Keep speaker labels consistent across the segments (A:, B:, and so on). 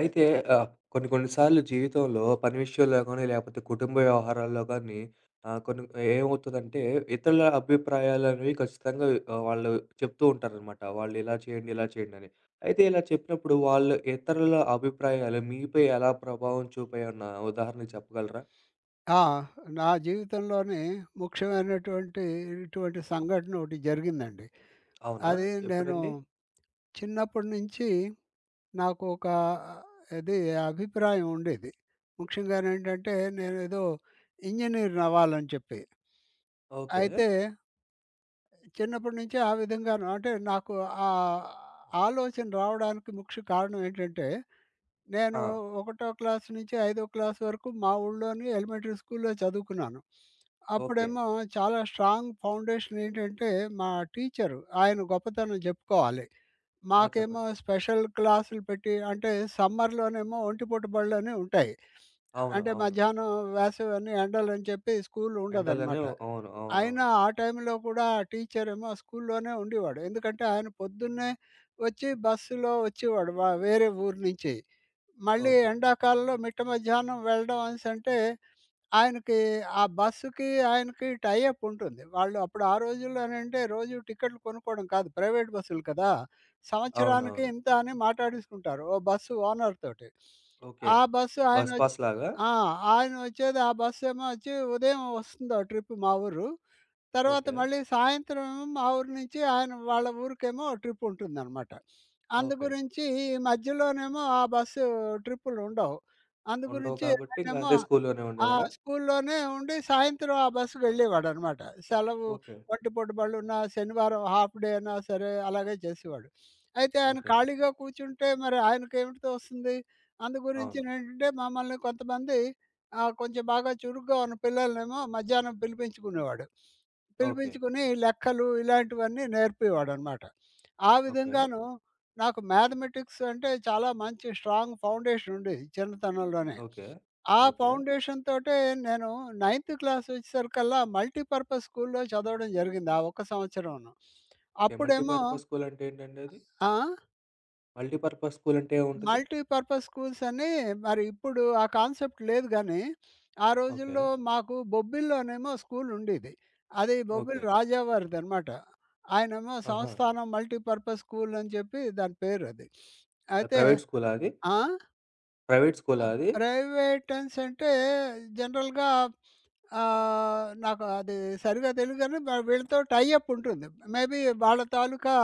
A: అయితే కొన్ని కొన్ని సార్లు జీవితంలో పని విషయంలో గానీ, లేకపోతే కుటుంబ వ్యవహారాల్లో గానీ కొన్ని ఏమవుతదంటే ఇతరుల అభిప్రాయాలనేవి ఖచ్చితంగా వాళ్ళు చెప్తూ ఉంటారనమాట. వాళ్ళు ఇలా చేయండి, ఇలా చేయండి అని. అయితే ఇలా చెప్పినప్పుడు వాళ్ళు ఇతరుల అభిప్రాయాలు మీపై ఎలా ప్రభావం చూపాయన్న ఉదాహరణ చెప్పగలరా?
B: ఆ! నా జీవితంలోని ముఖ్యమైనటువంటి ఇటువంటి సంఘటన ఒకటి జరిగిందండి.
A: అవునా?
B: అది నేను
A: ఎప్పుడండి?
B: చిన్నప్పటి నుంచి నాకు ఒక ఇది అభిప్రాయం ఉండేది. ముఖ్యంగానేంటంటే నేనేదో ఇంజినీర్‌ని అవ్వాలని చెప్పి.
A: ఓకే.
B: అయితే చిన్నప్పటి నుంచే ఆ విధంగాను అంటే నాకు ఆ ఆలోచన రావడానికి ముఖ్య కారణం ఏంటంటే నేను
A: ఆ!
B: ఒకటో క్లాస్ నుంచి ఐదో క్లాస్ వరకు మా ఊళ్ళోని ఎలిమెంటరీ స్కూల్‌లో చదువుకున్నాను.
A: ఓకే.
B: అప్పుడేమో చాలా స్ట్రాంగ్ ఫౌండేషన్ ఏంటంటే, మా టీచరు ఆయన గొప్పతనం జెప్పుకోవాలి.
A: ఆ!
B: మాకేమో
A: చెప్పండి.
B: స్పెషల్ క్లాసులు పెట్టి అంటే సమ్మర్‌లోనేమో ఒంటిపూట బడులని ఉంటాయి.
A: అవును.
B: అంటే
A: అవును.
B: మధ్యాహ్నం, వేసవి అని ఎండలని చెప్పి స్కూల్
A: ఎండలనే
B: ఉండదనమాట.
A: అవును.
B: అయినా
A: అవునవును.
B: ఆ టైంలో కూడా ఆ టీచరేమో స్కూల్లోనే ఉండేవాడు. ఎందుకంటే ఆయన పొద్దున్నే వచ్చి బస్సులో వచ్చేవాడు వేరే ఊరు నుంచి. మళ్ళీ
A: ఓకే.
B: ఎండాకాలంలో మిట్ట మధ్యాహ్నం వెళ్ళడం అనేసంటే, ఆయనకి ఆ బస్సుకి, ఆయనకి టై అప్ ఉంటుంది. వాళ్ళు అప్పుడు ఆ రోజుల్లోనంటే రోజు టికెట్లు కొనుక్కోవడం కాదు. ప్రైవేట్ బస్సులు కదా! సంవత్సరానికి
A: అవునవును.
B: ఇంత అని మాటాడేసుకుంటారు ఓ బస్సు ఓనర్ తోటి.
A: ఓకే.
B: ఆ బస్సు
A: బస్
B: ఆయనొచ్చి
A: పాస్‌లాగా?
B: ఆ! ఆయనొచ్చేది ఆ బస్సేమో వచ్చి ఉదయం వస్తుంది ఆ ట్రిప్ మా ఊరు. తర్వాత
A: ఓకే.
B: మళ్ళీ సాయంత్రం మా ఊరు నుంచి ఆయన వాళ్ళ ఊరికేమో ట్రిప్ ఉంటుందన్నమాట. అందు
A: ఓకే.
B: గురించి ఈ మధ్యలోనేమో ఆ బస్సు ట్రిప్పులుండవు. అందు
A: ఉండవు
B: గురించి
A: కాబట్టి ఇంక
B: ఆయనేమో
A: అదే స్కూల్లోనే
B: ఆ!
A: ఉండేవాడా?
B: స్కూల్లోనే ఉండి సాయంత్రం ఆ బస్‌కి వెళ్ళేవాడనమాట. సెలవు
A: ఓకే.
B: ఒంటిపూట బళ్ళున్నా, శనివారం హాఫ్ డే అన్నా సరే అలాగే చేసేవాడు. అయితే ఆయన
A: ఓకే.
B: ఖాళీగా కూర్చుంటే మరి ఆయనకేమిటితో వస్తుంది? అందు
A: అవును.
B: గురించేంటంటే మమ్మల్ని కొంతమంది కొంచెం బాగా చురుగ్గా ఉన్న పిల్లలనేమో మధ్యాహ్నం పిలిపించుకునేవాడు.
A: ఓకే.
B: పిలిపించుకుని లెక్కలు ఇలాంటివన్నీ నేర్పేవాడనమాట. ఆ
A: ఓకే.
B: విధంగాను నాకు మ్యాథమెటిక్స్ అంటే చాలా మంచి స్ట్రాంగ్ ఫౌండేషన్ ఉండేది చిన్నతనంలోనే.
A: ఓకే.
B: ఆ
A: ఓకే.
B: ఫౌండేషన్ తోటే నేను నైన్త్ క్లాస్ వచ్చేసరికల్లా మల్టీపర్పస్ స్కూల్‌లో చదవడం జరిగింది ఆ ఒక్క సంవత్సరంను.
A: ఓకే.
B: అప్పుడేమో
A: మల్టీపర్పస్ స్కూల్ అంటే ఏంటండి అది?
B: ఆ!
A: మల్టీపర్పస్ స్కూల్ అంటే ఏముంటది?
B: మల్టీపర్పస్ స్కూల్స్ అని మరి ఇప్పుడు ఆ కాన్సెప్ట్ లేదు గానీ, ఆ
A: ఓకే.
B: రోజుల్లో మాకు బొబ్బిలిలోనేమో స్కూల్ ఉండేది. అది
A: ఓకే.
B: బొబ్బిలి రాజా వారిదనమాట. ఆయనేమో
A: ఆహా!
B: సంస్థానం మల్టీపర్పస్ స్కూల్ అని చెప్పి దాని పేరది.
A: అది
B: అయితే
A: ప్రైవేట్ స్కూలా అది?
B: ఆ!
A: ప్రైవేట్
B: ఆ!
A: స్కూలా అది?
B: ప్రైవేటన్స్ అంటే జనరల్‌గా నాకు అది సరిగ్గా తెలీదు గానీ వీళ్ళతో టై అప్ ఉంటుంది. మేబీ వాళ్ళ తాలూకా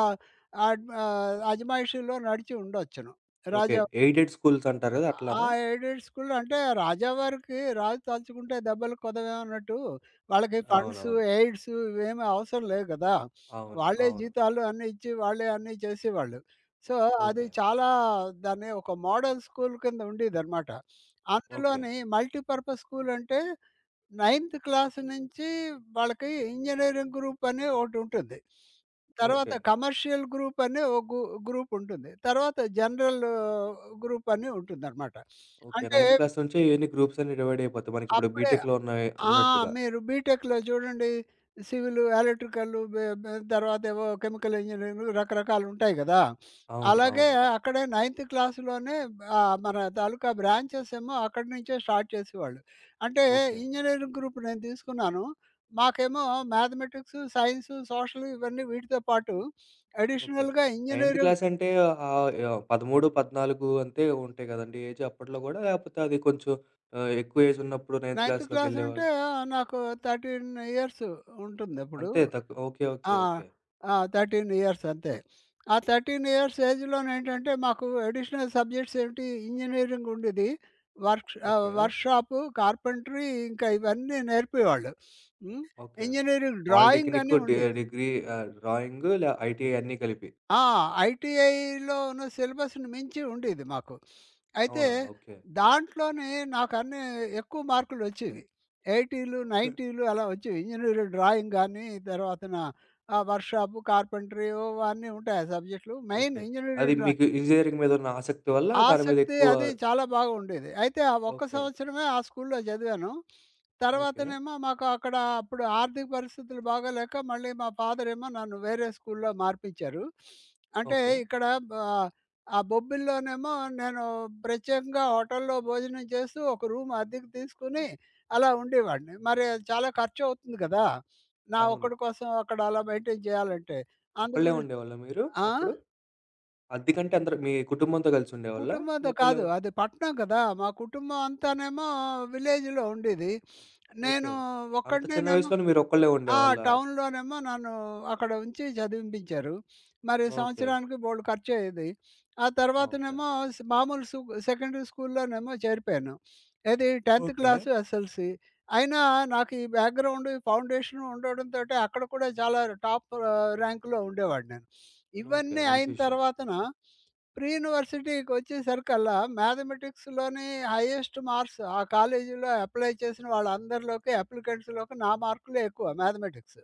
B: అజమాయిషీలో నడిచి ఉండొచ్చును.
A: ఓకే.
B: రాజా
A: ఎయిడెడ్ స్కూల్స్ అంటారు కదా!
B: ఆ
A: అట్లానా?
B: ఎయిడెడ్ స్కూల్‌లో అంటే రాజావారికి రాజు తలుచుకుంటే దెబ్బలు కొదవే అన్నట్టు వాళ్ళకి ఫండ్స్,
A: అవునవును.
B: ఎయిడ్స్ ఇవేమి అవసరం లేవు కదా!
A: అవును.
B: వాళ్ళే
A: అవును.
B: జీతాలు అన్నీ ఇచ్చి, వాళ్ళే అన్నీ చేసేవాళ్ళు. సో, అది
A: ఓకే.
B: చాలా దాన్ని ఒక మోడల్ స్కూల్ కింద ఉండేదనమాట.
A: ఓకే.
B: అందులోని మల్టీపర్పస్ స్కూల్ అంటే నైన్త్ క్లాస్ నుంచి వాళ్ళకి ఇంజినీరింగ్ గ్రూప్ అని ఒకటుంటుంది. తర్వాత
A: ఓకే.
B: కమర్షియల్ గ్రూప్ అని ఒక గు గ్రూప్ ఉంటుంది. తర్వాత జనరల్ గ్రూప్ అని ఉంటుందనమాట.
A: ఓకే.
B: అంటే
A: నైన్త్ క్లాస్ నుంచే ఇయన్నీ గ్రూప్స్ అన్నీ డివైడ్ అయిపోతాయి. మనకిప్పుడు
B: అప్పుడే
A: బీటెక్‌లో ఉన్నాయి
B: ఆ!
A: అన్నట్టుగా.
B: మీరు బీటెక్‌లో చూడండి సివిల్, ఎలక్ట్రికల్లు బె బె తర్వాత ఏవో కెమికల్ ఇంజినీరింగు రకరకాలుంటాయి గదా!
A: అవును.
B: అలాగే
A: అవును.
B: అక్కడే నైన్త్ క్లాస్‌లోనే మన తాలూకా బ్రాంచెస్ ఏమో అక్కడి నుంచే స్టార్ట్ చేసేవాళ్ళు. అంటే
A: ఓకే.
B: ఇంజినీరింగ్ గ్రూప్ నేను తీసుకున్నాను. మాకేమో మ్యాథమెటిక్సు, సైన్సు, సోషల్ ఇవన్నీ వీటితో పాటు
A: ఓకే.
B: అడిషనల్‌గా
A: నైన్త్
B: ఇంజినీరింగ్
A: క్లాసంటే 13, 14 అంతే ఉంటాయి గదండీ ఏజ్ అప్పట్లో గూడా? లేపోతే అది కొంచెం ఎక్కువ ఏజ్ ఉన్నప్పుడు నైన్త్
B: నైన్త్ క్లాస్ అంటే
A: క్లాస్‌లోకెళ్ళేవాళ్ళు.
B: నాకు 13 ఇయర్స్ ఉంటుందప్పుడు.
A: అంతే తక్కువ ఓకే. ఓకే.
B: ఆ!
A: ఓకే.
B: ఆ! 13 ఇయర్స్ అంతే. ఆ 13 ఇయర్స్ ఏజ్‌లోనేంటంటే మాకు అడిషనల్ సబ్జెక్ట్స్ ఏంటి ఇంజినీరింగ్ ఉండేది.
A: ఓకే.
B: వర్క్‌షాపు, కార్పెంటరీ ఇంకా ఇవన్నీ నేర్పేవాళ్ళు. హ్మ్.
A: ఓకే.
B: ఇంజినీరింగ్ డ్రాయింగ్
A: పాలిటెక్నిక్,
B: అని ఉండేది.
A: డిగ్రీ డ్రాయింగ్ లే ఐటీఐ అన్నీ కలిపి.
B: ఆ! ఐటీఐలో ఉన్న సిలబస్‌ని మించి ఉండేది మాకు. అయితే
A: అవునా? ఓకే.
B: దాంట్లోనే నాకన్నీ ఎక్కువ మార్కులొచ్చేవి. 80లు,
A: ఓకే.
B: 90లు అలా వచ్చేవి ఇంజినీరింగ్ డ్రాయింగ్ గాని, తర్వాతన వర్క్షాపు, కార్పెంటరీ అన్నీ ఉంటాయి ఆ సబ్జెక్టులు. Main
A: okay. అది
B: ఇంజినీరింగ్ డ్రా
A: మీకు ఇంజినీరింగ్ మీద ఉన్న ఆసక్తి వల్ల దాని మీద
B: ఆసక్తి
A: ఎక్కువ
B: అది చాలా బాగా ఉండేది. అయితే ఆ ఒక్క
A: ఓకే.
B: సంవత్సరమే ఆ స్కూల్‌లో చదివాను.
A: ఓకే.
B: తర్వాతనేమో మాకు అక్కడ అప్పుడు ఆర్థిక పరిస్థితులు బాగోలేక మళ్ళీ మా ఫాదర్ ఏమో నన్ను వేరే స్కూల్‌లో మార్పించారు. అంటే
A: ఓకే.
B: ఇక్కడ ఆహ్, ఆ బొబ్బిలిలోనేమో నేను ప్రత్యేకంగా హోటల్‌లో భోజనం చేస్తూ ఒక రూమ్ అద్దెకు తీసుకొని అలా ఉండేవాడిని. మరి అది చాలా ఖర్చవుతుంది కదా నా
A: అవును.
B: ఒక్కడి కోసం అక్కడ అలా మెయింటైన్ చేయాలంటే. అందు
A: ఒక్కళ్ళే
B: గురి
A: ఉండేవాళ్ళా మీరు
B: ఆ?
A: అప్పుడు? అద్దెకంటే అందరూ మీ కుటుంబంతో కలిసి ఉండేవాళ్ళా?
B: కుటుంబంతో
A: ఒక్కళ్ళే
B: కాదు.
A: ఉ
B: అది పట్నం కదా! మా కుటుంబం అంతానేమో విలేజ్‌లో ఉండేది.
A: ఓకే.
B: నేను
A: అంత చిన్న
B: ఒక్కడినేనేమో
A: వయసులోనే మీరొక్కళ్ళే
B: ఆ!
A: ఉండేవాళ్ళా?
B: టౌన్‌లోనేమో నన్ను అక్కడ ఉంచి చదివింపించారు. మరి
A: ఓకే.
B: సంవత్సరానికి బోలెడు ఖర్చయ్యేది. ఆ
A: ఆ! ఓకే.
B: తర్వాతనేమో స్ మామూలు సు సెకండరీ స్కూల్‌లోనేమో చేరిపోయాను. ఏది 10థ్
A: ఓకే.
B: Class SLC. అయినా నాకు ఈ బ్యాక్‌గ్రౌండ్, ఈ ఫౌండేషన్ ఉండడంతోటి అక్కడ కూడా చాలా టాప్ ర్యాంక్‌లో ఉండేవాడిని నేను.
A: ఓకే.
B: ఇవన్నీ
A: మంచి
B: అయిన
A: విషయం.
B: తర్వాతన ప్రీ యూనివర్సిటీకొచ్చేసరికల్లా మ్యాథమెటిక్స్‌లోని హైయెస్ట్ మార్క్స్ ఆ కాలేజీలో అప్లై చేసిన వాళ్ళందరిలోకి అప్లికెంట్స్‌లోకి నా మార్కులే ఎక్కువ మ్యాథమెటిక్స్.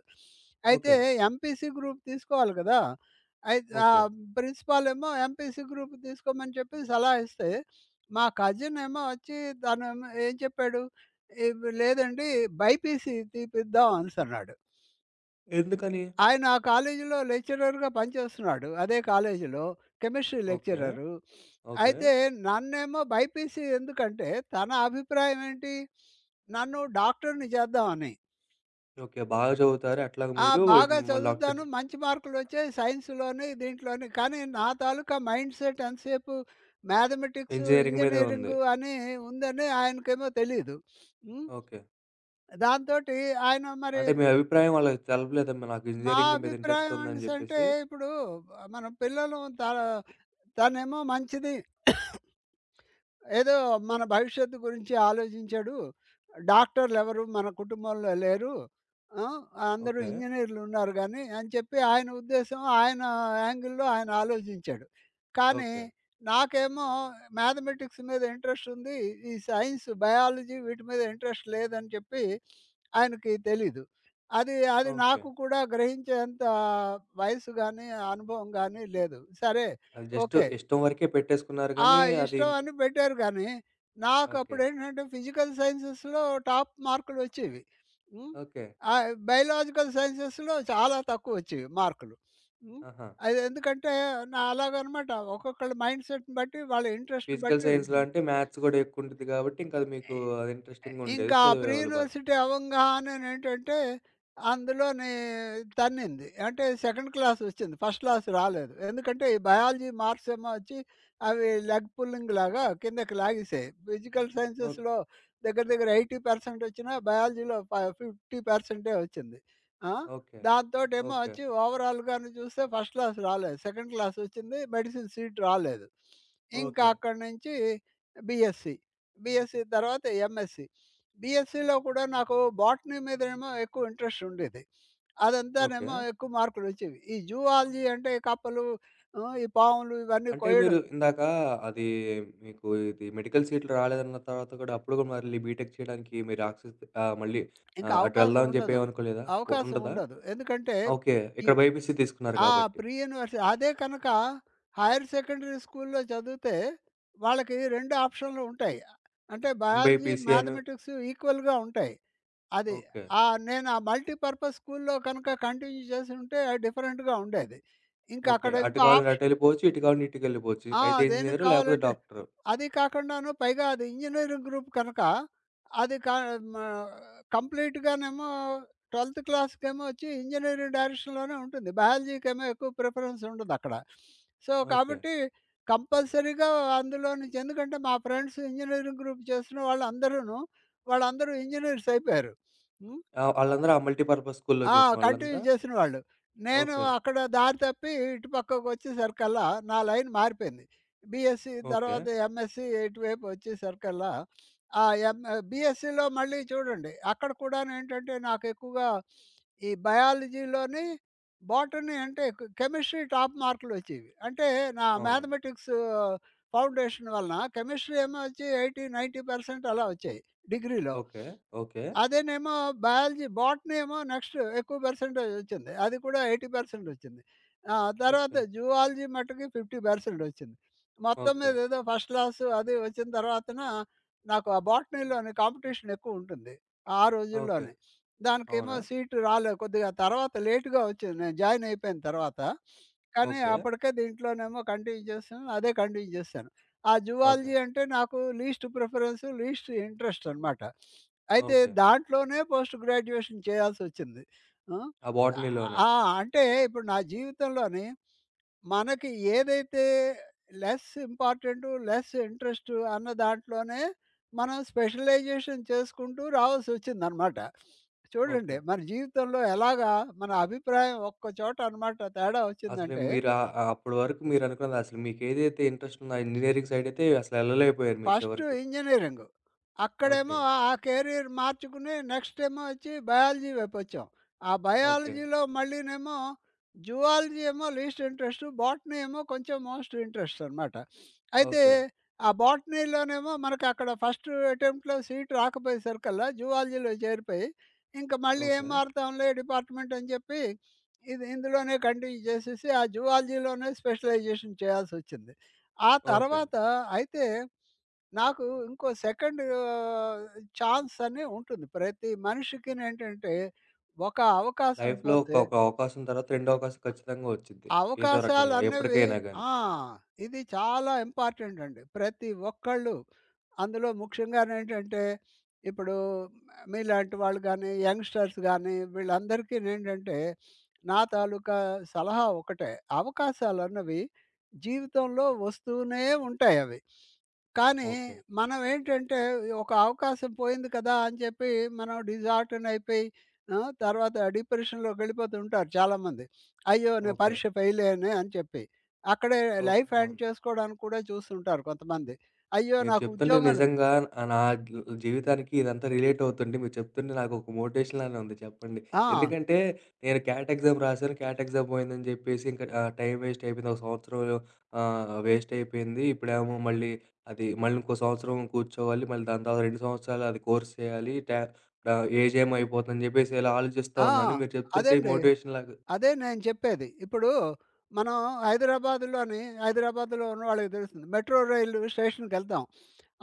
B: అయితే
A: ఓకే.
B: ఎంపీసీ గ్రూప్ తీసుకోవాలి కదా! అయిత్
A: ఓకే.
B: ఆహ్, ప్రిన్సిపాల్ ఏమో ఎంపీసీ గ్రూప్ తీసుకోమని చెప్పి సలహా ఇస్తే, మా కజిన్ ఏమో వచ్చి తనేమో ఏం చెప్పాడు, "ఇవ్ లేదండి బైపీసీ తీపిద్దాం" అనేసన్నాడు.
A: ఎందుకని?
B: ఆయన ఆ కాలేజీలో లెక్చరర్‌గా పనిచేస్తున్నాడు. అదే కాలేజీలో కెమిస్ట్రీ
A: ఓకే.
B: లెక్చరరు.
A: ఓకే.
B: అయితే నన్నేమో బైపీసీ ఎందుకంటే తన అభిప్రాయం ఏంటి? నన్ను డాక్టర్‌ని చేద్దామని.
A: ఓకే. బాగా చదువుతారు. అట్లాగ
B: ఆ!
A: మీరు
B: బాగా
A: మిమ్మల్ని డాక్టర్
B: చదువుతాను, మంచి మార్కులొచ్చాయి సైన్స్‌లోని, దీంట్లోని. కానీ నా తాలూకా మైండ్ సెట్ ఎంతసేపు మ్యాథమెటిక్స్,
A: ఇంజినీరింగ్ మీదే ఉంది.
B: ఇంజినీరింగు అని ఉందని ఆయనకేమో తెలీదు. హ్మ్.
A: ఓకే.
B: దాంతోటి ఆయన మరి
A: అంటే మీ అభిప్రాయం వాళ్ళకి తెలపలేదా? మ నాకు
B: మా
A: ఇంజినీరింగ్ మీద ఇంట్రెస్ట్
B: అభిప్రాయం
A: ఉందని
B: అనేసి అంటే
A: జెప్పేసి?
B: ఇప్పుడు మనం పిల్లలు తనేమో మంచిది ఏదో మన భవిష్యత్తు గురించి ఆలోచించాడు. డాక్టర్లెవరు మన కుటుంబంలో లేరు. ఆ! అందరూ
A: ఓకే.
B: ఇంజినీర్లున్నారు గానీ అని చెప్పి ఆయన ఉద్దేశం ఆయన యాంగిల్‌లో ఆయన ఆలోచించాడు. కానీ
A: ఓకే.
B: నాకేమో మ్యాథమెటిక్స్ మీద ఇంట్రెస్ట్ ఉంది. ఈ సైన్స్, బయాలజీ వీటి మీద ఇంట్రెస్ట్ లేదని చెప్పి ఆయనకి తెలీదు. అది అది
A: ఓకే.
B: నాకు కూడా గ్రహించేంత వయసు గానీ, అనుభవం గానీ లేదు. సరే.
A: అది జస్ట్
B: ఓకే.
A: ఇష్టం వరకే పెట్టేసుకున్నారు
B: ఆ!
A: గానీ అది
B: ఇష్టం అని పెట్టారు గానీ,
A: ఓకే.
B: నాకప్పుడేంటంటే ఫిజికల్ సైన్సెస్‌లో టాప్ మార్కులొచ్చేవి. హ్మ్.
A: ఓకే.
B: బయోలాజికల్ సైన్సెస్‌లో చాలా తక్కువొచ్చేవి మార్కులు. హ్మ్.
A: ఆహా!
B: అది ఎందుకంటే, నా అలాగనమాట. ఒక్కొక్కళ్ళ మైండ్‌సెట్‌ని బట్టి, వాళ్ళ ఇంట్రెస్ట్‌ని
A: ఫిజికల్
B: బట్టి
A: సైన్స్‌లో
B: ఉంటుంది.
A: అంటే మ్యాథ్స్ గూడా ఎక్కువుంటది గాబట్టి, ఇంక అది మీకు అది ఇంట్రెస్టింగ్‌గుండేది.
B: ఇంకా ఆ ప్రీ
A: చదివేవాళ్ళు బాగా.
B: యూనివర్సిటీ అవంగానేనేంటంటే, అందులోని తన్నింది. అంటే సెకండ్ క్లాస్ వచ్చింది. ఫస్ట్ క్లాస్ రాలేదు. ఎందుకంటే, ఈ బయాలజీ మార్క్స్ ఏమో వచ్చి అవి లెగ్ పుల్లింగ్ లాగా కిందకి లాగేసాయి. ఫిజికల్
A: ఓక్
B: సైన్సెస్‌లో దగ్గర దగ్గర 80% వచ్చినా బయాలజీలో 50% వచ్చింది. ఆ!
A: ఓకే.
B: దాంతోటేమో
A: ఓకే.
B: వచ్చి ఓవరాల్‌గాను చూస్తే ఫస్ట్ క్లాస్ రాలేదు. సెకండ్ క్లాస్ వచ్చింది. మెడిసిన్ సీట్ రాలేదు. ఇంకా
A: ఓకే.
B: అక్కడి నుంచి బీఎస్సీ. బీఎస్సీ తర్వాత ఎంఎస్సీ. బీఎస్సీలో కూడా నాకు బాటనీ మీదేమో ఎక్కువ ఇంట్రెస్ట్ ఉండేది.
A: ఓకే.
B: అదంతానేమో ఎక్కువ మార్కులొచ్చేవి. ఈ జూఆలజీ అంటే ఈ కప్పలు, ఈ పాములు ఇవన్నీ
A: అంటే మీరు
B: కొయ్యడం
A: ఇందాక అది మీకు ఇది మెడికల్ సీట్లు రాలేదన్న తర్వాత గూడా అప్పుడు గూడా మళ్ళీ బీటెక్ చేయడానికి మీరు ఆక్సిస్ మళ్ళీ
B: ఇంకా
A: అటు వెళ్దాం
B: అవకాశం
A: అని జెప్పి
B: ఉండదు.
A: ఏమనుకోలేదా?
B: అవకాశం
A: ఉండదా?
B: ఉండదు. ఎందుకంటే
A: ఓకే.
B: ఈ
A: ఇక్కడ బైపీసీ తీసుకున్నారు
B: ఆ!
A: కాబట్టి.
B: ప్రీ యూనివర్సిటీ అదే కనుక హైర్ సెకండరీ స్కూల్‌లో చదివితే వాళ్ళకి 2 ఆప్షన్లు ఉంటాయి. అంటే బయాలజీ,
A: ఎంబైపీసీ అని
B: మ్యాథమెటిక్స్ ఈక్వల్‌గా ఉంటాయి అది.
A: ఓకే.
B: ఆ! నేను ఆ మల్టీపర్పస్ స్కూల్‌లో కనుక కంటిన్యూ చేసుంటే డిఫరెంట్‌గా ఉండేది. ఇంకా
A: ఓకే.
B: అక్కడ
A: అటు
B: ఇంకో
A: కావాలంటే
B: ఆప్షన్
A: అటెళ్ళిపోవచ్చు. ఇటు కావాలంటే ఇటుకెళ్ళిపోవచ్చు.
B: ఆ!
A: అయితే
B: దేనికి
A: ఇంజినీరు లేకపోతే
B: కావాలంటే
A: డాక్టరు.
B: అది కాకుండాను పైగా అది ఇంజినీరింగ్ గ్రూప్ కనుక అది క మా కంప్లీట్‌గానేమో 12థ్ క్లాస్‌కేమో వచ్చి ఇంజినీరింగ్ డైరెక్షన్‌లోనే ఉంటుంది. బయాలజీకేమో ఎక్కువ ప్రిఫరెన్స్ ఉండదక్కడ. So,
A: okay.
B: కాబట్టి కంపల్సరీగా అందులో నుంచి ఎందుకంటే మా ఫ్రెండ్స్ ఇంజినీరింగ్ గ్రూప్ చేసిన వాళ్ళందరూను వాళ్ళందరూ ఇంజినీర్స్ అయిపోయారు. హ్మ్.
A: ఆళ్ళందరూ ఆ మల్టీ పర్పస్ స్కూల్‌లో
B: ఆ!
A: చేసిన
B: కంటిన్యూ
A: వాళ్ళంతా?
B: చేసినవాళ్ళు. నేను
A: ఓకే.
B: అక్కడ దారి తప్పి ఇటు పక్కకొచ్చేసరికల్లా నా లైన్ మారిపోయింది. BSc
A: okay.
B: తర్వాత ఎంఎస్సీ ఇటువైపు వచ్చేసరికల్లా ఆ ఎం బీఎస్సీలో మళ్ళీ చూడండి అక్కడ కూడానేంటంటే నాకెక్కువగా ఈ బయాలజీలోని, బోటనీ అంటే కెమిస్ట్రీ టాప్ మార్కులొచ్చేవి. అంటే నా
A: అవునా?
B: మ్యాథమెటిక్స్ ఫౌండేషన్ వలన కెమిస్ట్రీ ఏమో వచ్చి 80, 90% అలా వచ్చాయి డిగ్రీలో.
A: ఓకే. ఓకే.
B: అదేనేమో బయాలజీ బాటనీ ఏమో నెక్స్ట్ ఎక్కువ పర్సెంటేజ్ వచ్చింది. అది కూడా 80% వచ్చింది. ఆ! తర్వాత
A: ఓకే.
B: జూవాలజీ మట్టుకి 50% వచ్చింది. మొత్తం
A: ఓకే.
B: మీద ఏదో ఫస్ట్ క్లాస్ అది వచ్చిన తర్వాతన నాకు ఆ బాటనీలోని కాంపిటీషన్ ఎక్కువ ఉంటుంది ఆ
A: ఓకే.
B: రోజుల్లోనే. దానికేమో
A: అవునా?
B: సీట్ రాలేదు. కొద్దిగా తర్వాత లేట్‌గా వచ్చింది నేను జాయిన్ అయిపోయిన తర్వాత. కానీ
A: ఓకే.
B: అప్పటికే దీంట్లోనేమో కంటిన్యూ చేస్తున్నాను. అదే కంటిన్యూ చేశాను. ఆ
A: ఓకే.
B: జూవాలజీ అంటే నాకు లీస్ట్ ప్రిఫరెన్స్, లీస్ట్ ఇంట్రెస్ట్ అనమాట. అయితే
A: ఓకే.
B: దాంట్లోనే పోస్ట్ గ్రాడ్యుయేషన్ చేయాల్సొచ్చింది. ఆ!
A: ఆ బోటనీలోనే.
B: ఆ! అంటే ఇప్పుడు నా జీవితంలోని మనకి ఏదైతే లెస్ ఇంపార్టెంటు, లెస్ ఇంట్రెస్టు అన్న దాంట్లోనే మనం స్పెషలైజేషన్ చేసుకుంటూ రావాల్సొచ్చిందనమాట. చూడండి
A: ఓకే.
B: మన జీవితంలో ఎలాగా మన అభిప్రాయం ఒక్క చోట అనమాట తేడా
A: అసలు
B: వచ్చిందంటే
A: మీరు ఆహ్, ఆహ్, అప్పటి వరకు మీరనుకున్నది అసలు మీకేదైతే ఇంట్రెస్ట్ ఉందో ఆ ఇంజినీరింగ్ సైడయితే అసలు ఎళ్ళలేకపోయారు మీరు
B: ఫస్ట్
A: చివరికి.
B: ఇంజినీరింగు. అక్కడేమో
A: ఓకే.
B: ఆ ఆ కెరీర్ మార్చుకుని నెక్స్ట్ ఏమో వచ్చి బయాలజీ వైపొచ్చాం. ఆ
A: ఓకే.
B: బయాలజీలో మళ్ళీనేమో జువాలజీ ఏమో లీస్ట్ ఇంట్రెస్టు. బోటనీ ఏమో కొంచెం మోస్ట్ ఇంట్రెస్ట్ అనమాట. అయితే
A: ఓకే.
B: ఆ బోటనీలోనేమో మనకక్కడ ఫస్ట్ అటెంప్ట్‌లో సీట్ రాకపోయేసరికల్లా జువాలజీలో చేరిపోయి, ఇంక మళ్ళీ ఏం
A: ఓకే.
B: మారుతాంలే డిపార్ట్‌మెంట్ అని చెప్పి ఇది ఇందులోనే కంటిన్యూ చేసేసి ఆ జువాలజీలోనే స్పెషలైజేషన్ చేయాల్సొచ్చింది. ఆ
A: ఓకే.
B: తర్వాత అయితే నాకు ఇంకో సెకండ్ ఛాన్స్ అని ఉంటుంది ప్రతి మనిషికినేంటంటే, ఒక అవకాశం
A: లైఫ్‌లో ఒక
B: పోతే
A: ఒక అవకాశం తర్వాత రెండో అవకాశం ఖచ్చితంగా వచ్చిద్ది. ఏదో రకంగా
B: అవకాశాలన్నవి
A: ఎప్పటికైనా గాని.
B: ఆ! ఇది చాలా ఇంపార్టెంట్ అండి. ప్రతి ఒక్కళ్ళు అందులో ముఖ్యంగానేంటంటే, ఇప్పుడు మీలాంటి వాళ్ళు గానీ, యంగ్‌స్టర్స్ గానీ వీళ్ళందరికీనేంటంటే, నా తాలూకా సలహా ఒకటే. అవకాశాలన్నవి జీవితంలో వస్తూనే ఉంటాయవి. కానీ
A: ఓకే.
B: మనం ఏంటంటే, ఒక అవకాశం పోయింది కదా! అని చెప్పి మనం డిజార్టన్ అయిపోయి, ఆ! తర్వాత డిప్రెషన్‌లోకెళ్ళిపోతూ ఉంటారు చాలామంది. అయ్యో! నేను
A: ఓకే.
B: పరీక్ష ఫెయిలయ్యానే అని చెప్పి. అక్కడే
A: ఓకే.
B: లైఫ్ ఎండ్
A: అవును.
B: చేసుకోవడానికి కూడా చూస్తుంటారు కొంతమంది. అయ్యో!
A: మీరు
B: నాకు
A: చెప్తుంటే
B: ఉద్యోగం ర
A: నిజంగా నా జీవితానికి ఇదంతా రిలేట్ అవుతుంది. మీరు చెప్తుంటే నాకొక మోటివేషన్ లానే ఉంది చెప్పండి.
B: ఆ!
A: ఎందుకంటే నేను క్యాట్ ఎగ్జామ్ రాసాను. క్యాట్ ఎగ్జామ్ పోయిందని జెప్పేసి ఇంకా టైమ్ వేస్ట్ అయిపోయింది. ఒక సంవత్సరం వేస్ట్ అయిపోయింది. ఇప్పుడేమో మళ్ళీ అది మళ్ళీ ఇంకో సంవత్సరం కూర్చోవాలి. మళ్ళీ దాని తర్వాత 2 సంవత్సరాలు అది కోర్స్ చేయాలి. ఏజ్ ఏమో అయిపోతుందని జెప్పేసి ఇలా ఆలోచిస్తా
B: ఆ!
A: ఉన్నాను. మీరు చెప్తుంటే ఈ
B: అదేండి.
A: మోటివేషన్ లాగా
B: అదే నేను చెప్పేది. ఇప్పుడు మనం హైదరాబాద్‌లో ఉన్నవాళ్ళకి తెలుస్తుంది. మెట్రో రైలు స్టేషన్‌కెళ్తాం.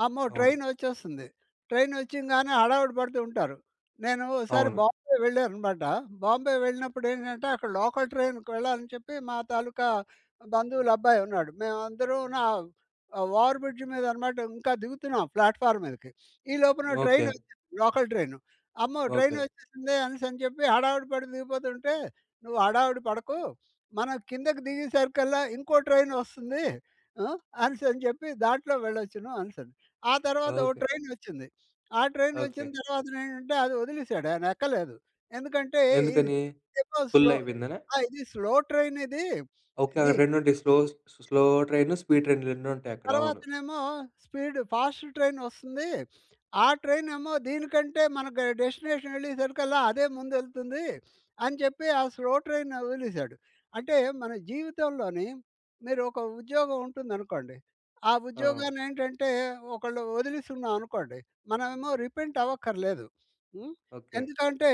B: అమ్మో!
A: అవును.
B: ట్రైనొచ్చేస్తుంది. ట్రైనొచ్చింగానే హడావుడి పడుతూ ఉంటారు. నేను ఓసారి
A: అవును.
B: బాంబే వెళ్ళాననమాట. బాంబే వెళ్ళినప్పుడు ఏంటంటే, అక్కడ లోకల్ ట్రైన్‌కి వెళ్ళాలని చెప్పి మా తాలూకా బంధువుల అబ్బాయి ఉన్నాడు. మేమందరూ ఓవర్ బ్రిడ్జ్ మీదనమాట ఇంకా దిగుతున్నాం ప్లాట్‌ఫార్మ్ మీదకి. ఈ లోపున
A: ఓకే.
B: ట్రైనొచ్చింది లోకల్ ట్రైను. అమ్మో!
A: ఓకే.
B: ట్రైనొచ్చేసింది అనేసని చెప్పి హడావుడి పడి దిగిపోతుంటే నువ్వు హడావిడి పడకు. మనం కిందకి దిగేసరికల్లా ఇంకో ట్రైన్ వస్తుంది ఆ! అనేసని చెప్పి దాంట్లో వెళ్ళొచ్చును అనేసని. ఆ తర్వాత ఓ
A: ఓకే.
B: ట్రైనొచ్చింది. ఆ
A: ఓకే.
B: ట్రైనొచ్చిన తర్వాతనేంటంటే అది వదిలేసాడు. ఆయన ఎక్కలేదు. ఎందుకంటే ఇది
A: ఎందుకని?
B: ఏమో
A: ఫుల్
B: స్లో
A: అయిపోయిందనా?
B: ఆ! ఇది స్లో ట్రైనిది.
A: ఓకే. అక్కడ
B: ఇది
A: రెండుంటాయి. Slow slow train, speed train రెండుంటాయక్కడ. అవును.
B: తర్వాతనేమో స్పీడ్ ఫాస్ట్ ట్రైన్ వస్తుంది. ఆ ట్రైనేమో దీనికంటే మనకు డెస్టినేషన్ వెళ్ళేసరికల్లా అదే ముందెళ్తుంది అని చెప్పి ఆ స్లో ట్రైన్ వదిలేసాడు. అంటే మన జీవితంలోని మీరు ఒక ఉద్యోగం ఉంటుందనుకోండి. ఆ
A: ఆ!
B: ఉద్యోగాన్ని ఏంటంటే ఒకళ్ళు వదిలేసున్నాం అనుకోండి. మనమేమో రిపెంట్ అవ్వక్కర్లేదు. హ్మ్.
A: ఓకే.
B: ఎందుకంటే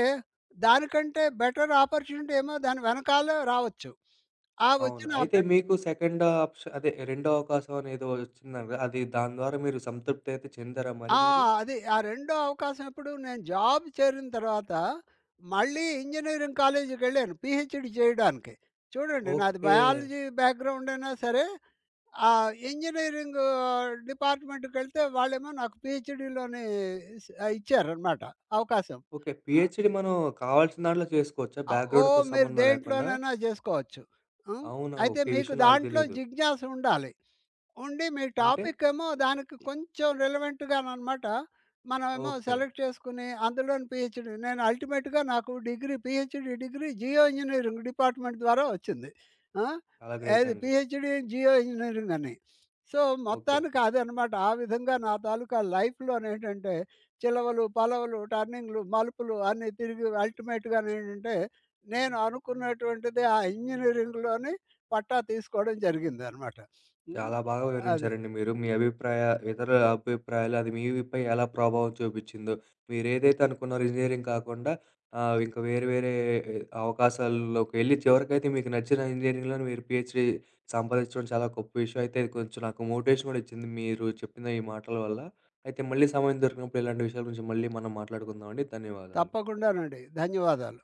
B: దానికంటే బెటర్ ఆపర్చునిటీ ఏమో దాని వెనకాలే రావచ్చు. ఆ
A: అవును.
B: వచ్చిన ఆ
A: అయితే
B: బె
A: మీకు సెకండ్ ఆప్ష అదే రెండో అవకాశం అనేదో వచ్చిందన్నారు కదా! అది దాని ద్వారా మీరు సంతృప్తయితే చెందారా మరి
B: ఆ!
A: మీరు?
B: అది. ఆ రెండో అవకాశం ఎప్పుడు నేను జాబ్ చేరిన తర్వాత మళ్ళీ ఇంజినీరింగ్ కాలేజ్‌కెళ్ళాను పీహెచ్‌డీ చేయడానికి. చూడండి నాది
A: ఓకే.
B: బయాలజీ బ్యాక్‌గ్రౌండ్ అయినా సరే ఇంజినీరింగ్ డిపార్ట్‌మెంట్‌కెళ్తే వాళ్ళేమో నాకు పీహెచ్‌డీలోని స్ ఇచ్చారనమాట అవకాశం.
A: ఓకే. పీహెచ్‌డీ మనం కావాల్సిన దాంట్లో చేసుకోవచ్చా?
B: ఆహ్, ఓ
A: బ్యాక్‌గ్రౌండ్‌తో
B: మీరు
A: సంబంధం లేకుండా?
B: దేంట్లోనైనా జేసుకోవచ్చు. హ్మ్.
A: అవునా?
B: అయితే
A: ఓకే. ఈ
B: మీకు
A: విషయం నాకు
B: దాంట్లో
A: తెలీదు.
B: జిజ్ఞాస ఉండాలి. ఉండి మీ
A: అంటే?
B: టాపిక్ ఏమో దానికి కొంచెం రిలవెంట్‌గాననమాట. మనమేమో
A: ఓకే.
B: సెలెక్ట్ చేసుకొని అందులోని పీహెచ్‌డీ నేను అల్టిమేట్‌గా నాకు degree PhD degree geo engineering department ద్వారా వచ్చింది. ఆ!
A: చాలా గ్రేట్
B: ఏది
A: అండి.
B: పీహెచ్‌డీ ఇన్ జియో ఇంజినీరింగ్ అని. So,
A: okay.
B: మొత్తానికి అదనమాట. ఆ విధంగా నా తాలూకా లైఫ్‌లోనేంటంటే చిలవలు, పలవలు, టర్నింగ్‌లు, మలుపులు అన్నీ తిరిగి అల్టిమేట్‌గానేంటంటే నేను అనుకున్నటువంటిది ఆ ఇంజినీరింగ్‌లోని పట్టా తీసుకోవడం జరిగిందనమాట. హ్మ్.
A: చాలా బాగా
B: అది.
A: వివరించారండి మీరు. మీ అభిప్రాయ ఇతరుల అభిప్రాయాలు అది మీపై ఎలా ప్రభావం చూపిచ్చిందో, మీరేదైతే అనుకున్నారో ఇంజినీరింగ్ కాకుండా ఇంకా వేరే వేరే అవకాశాల్లోకి వెళ్లి చివరికైతే మీకు నచ్చిన ఇంజినీరింగ్‌లోనే మీరు పీహెచ్‌డీ సంపాదించడం చాలా గొప్ప విషయం. అయితే ఇది కొంచెం నాకు మోటివేషన్ గూడా ఇచ్చింది మీరు చెప్పిన ఈ మాటల వల్ల. అయితే మళ్ళీ సమయం దొరికినప్పుడు ఇలాంటి విషయాల గురించి మళ్ళీ మనం మాట్లాడుకుందామండి. ధన్యవాదాలు.
B: తప్పకుండానండి. ధన్యవాదాలు.